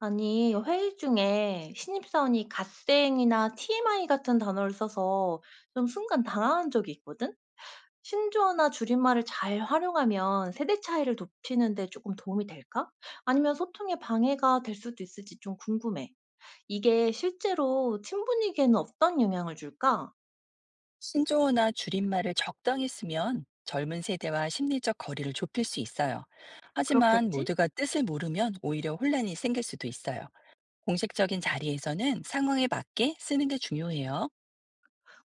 아니, 회의 중에 신입사원이 갓생이나 TMI 같은 단어를 써서 좀 순간 당황한 적이 있거든? 신조어나 줄임말을 잘 활용하면 세대 차이를 좁히는데 조금 도움이 될까? 아니면 소통에 방해가 될 수도 있을지 좀 궁금해. 이게 실제로 팀 분위기에는 어떤 영향을 줄까? 신조어나 줄임말을 적당히 쓰면 젊은 세대와 심리적 거리를 좁힐 수 있어요. 하지만 그렇겠지? 모두가 뜻을 모르면 오히려 혼란이 생길 수도 있어요. 공식적인 자리에서는 상황에 맞게 쓰는 게 중요해요.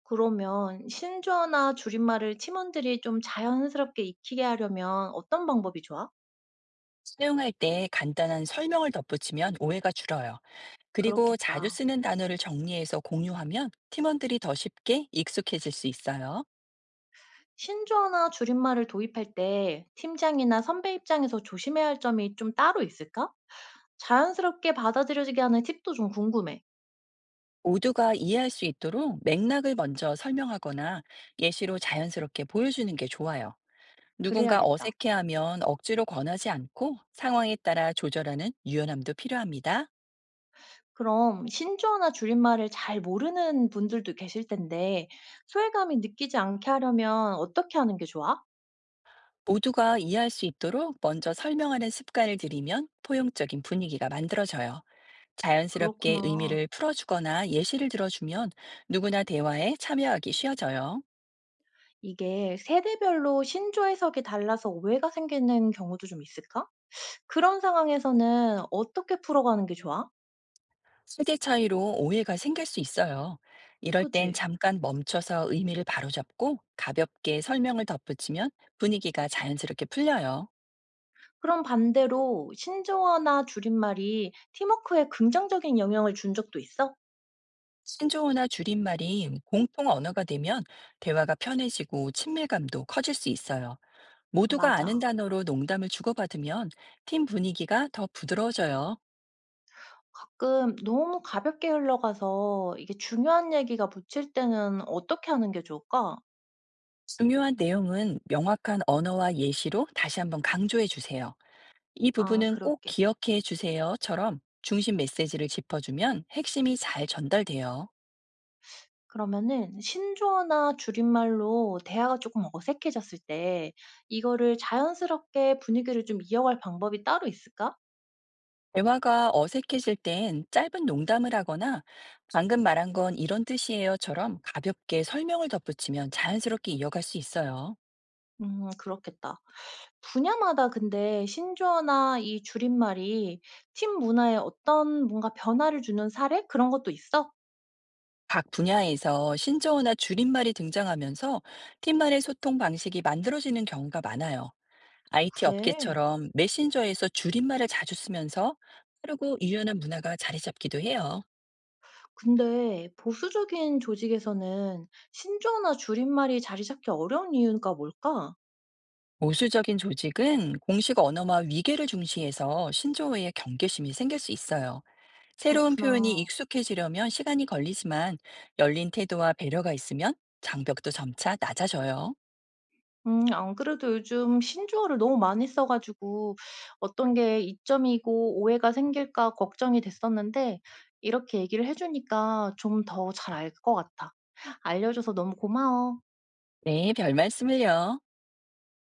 그러면 신조어나 줄임말을 팀원들이 좀 자연스럽게 익히게 하려면 어떤 방법이 좋아? 사용할 때 간단한 설명을 덧붙이면 오해가 줄어요. 그리고 자주 그렇겠다. 쓰는 단어를 정리해서 공유하면 팀원들이 더 쉽게 익숙해질 수 있어요. 신조어나 줄임말을 도입할 때 팀장이나 선배 입장에서 조심해야 할 점이 좀 따로 있을까? 자연스럽게 받아들여지게 하는 팁도 좀 궁금해. 모두가 이해할 수 있도록 맥락을 먼저 설명하거나 예시로 자연스럽게 보여주는 게 좋아요. 누군가 그래야겠다. 어색해하면 억지로 권하지 않고 상황에 따라 조절하는 유연함도 필요합니다. 그럼 신조어나 줄임말을 잘 모르는 분들도 계실 텐데 소외감이 느끼지 않게 하려면 어떻게 하는 게 좋아? 모두가 이해할 수 있도록 먼저 설명하는 습관을 들이면 포용적인 분위기가 만들어져요. 자연스럽게 그렇구나. 의미를 풀어주거나 예시를 들어주면 누구나 대화에 참여하기 쉬워져요. 이게 세대별로 신조어 해석이 달라서 오해가 생기는 경우도 좀 있을까? 그런 상황에서는 어떻게 풀어가는 게 좋아? 세대 차이로 오해가 생길 수 있어요. 이럴 땐 그지? 잠깐 멈춰서 의미를 바로잡고 가볍게 설명을 덧붙이면 분위기가 자연스럽게 풀려요. 그럼 반대로 신조어나 줄임말이 팀워크에 긍정적인 영향을 준 적도 있어? 신조어나 줄임말이 공통 언어가 되면 대화가 편해지고 친밀감도 커질 수 있어요. 아, 모두가 맞아. 아는 단어로 농담을 주고받으면 팀 분위기가 더 부드러워져요. 가끔 너무 가볍게 흘러가서 이게 중요한 얘기가 붙일 때는 어떻게 하는 게 좋을까? 중요한 내용은 명확한 언어와 예시로 다시 한번 강조해 주세요. 이 아, 부분은 꼭 그럴게. 기억해 주세요처럼 중심 메시지를 짚어주면 핵심이 잘 전달돼요. 그러면은 신조어나 줄임말로 대화가 조금 어색해졌을 때 이거를 자연스럽게 분위기를 좀 이어갈 방법이 따로 있을까? 대화가 어색해질 땐 짧은 농담을 하거나 방금 말한 건 이런 뜻이에요처럼 가볍게 설명을 덧붙이면 자연스럽게 이어갈 수 있어요. 그렇겠다. 분야마다 근데 신조어나 이 줄임말이 팀 문화에 어떤 뭔가 변화를 주는 사례? 그런 것도 있어? 각 분야에서 신조어나 줄임말이 등장하면서 팀만의 소통 방식이 만들어지는 경우가 많아요. IT 그래. 업계처럼 메신저에서 줄임말을 자주 쓰면서 빠르고 유연한 문화가 자리 잡기도 해요. 근데 보수적인 조직에서는 신조어나 줄임말이 자리 잡기 어려운 이유가 뭘까? 보수적인 조직은 공식 언어와 위계를 중시해서 신조어의 경계심이 생길 수 있어요. 새로운 표현이 그렇구나. 익숙해지려면 시간이 걸리지만 열린 태도와 배려가 있으면 장벽도 점차 낮아져요. 안 그래도 요즘 신조어를 너무 많이 써 가지고 어떤 게 이점이고 오해가 생길까 걱정이 됐었는데 이렇게 얘기를 해 주니까 좀 더 잘 알 것 같아. 알려 줘서 너무 고마워. 네, 별 말씀을요.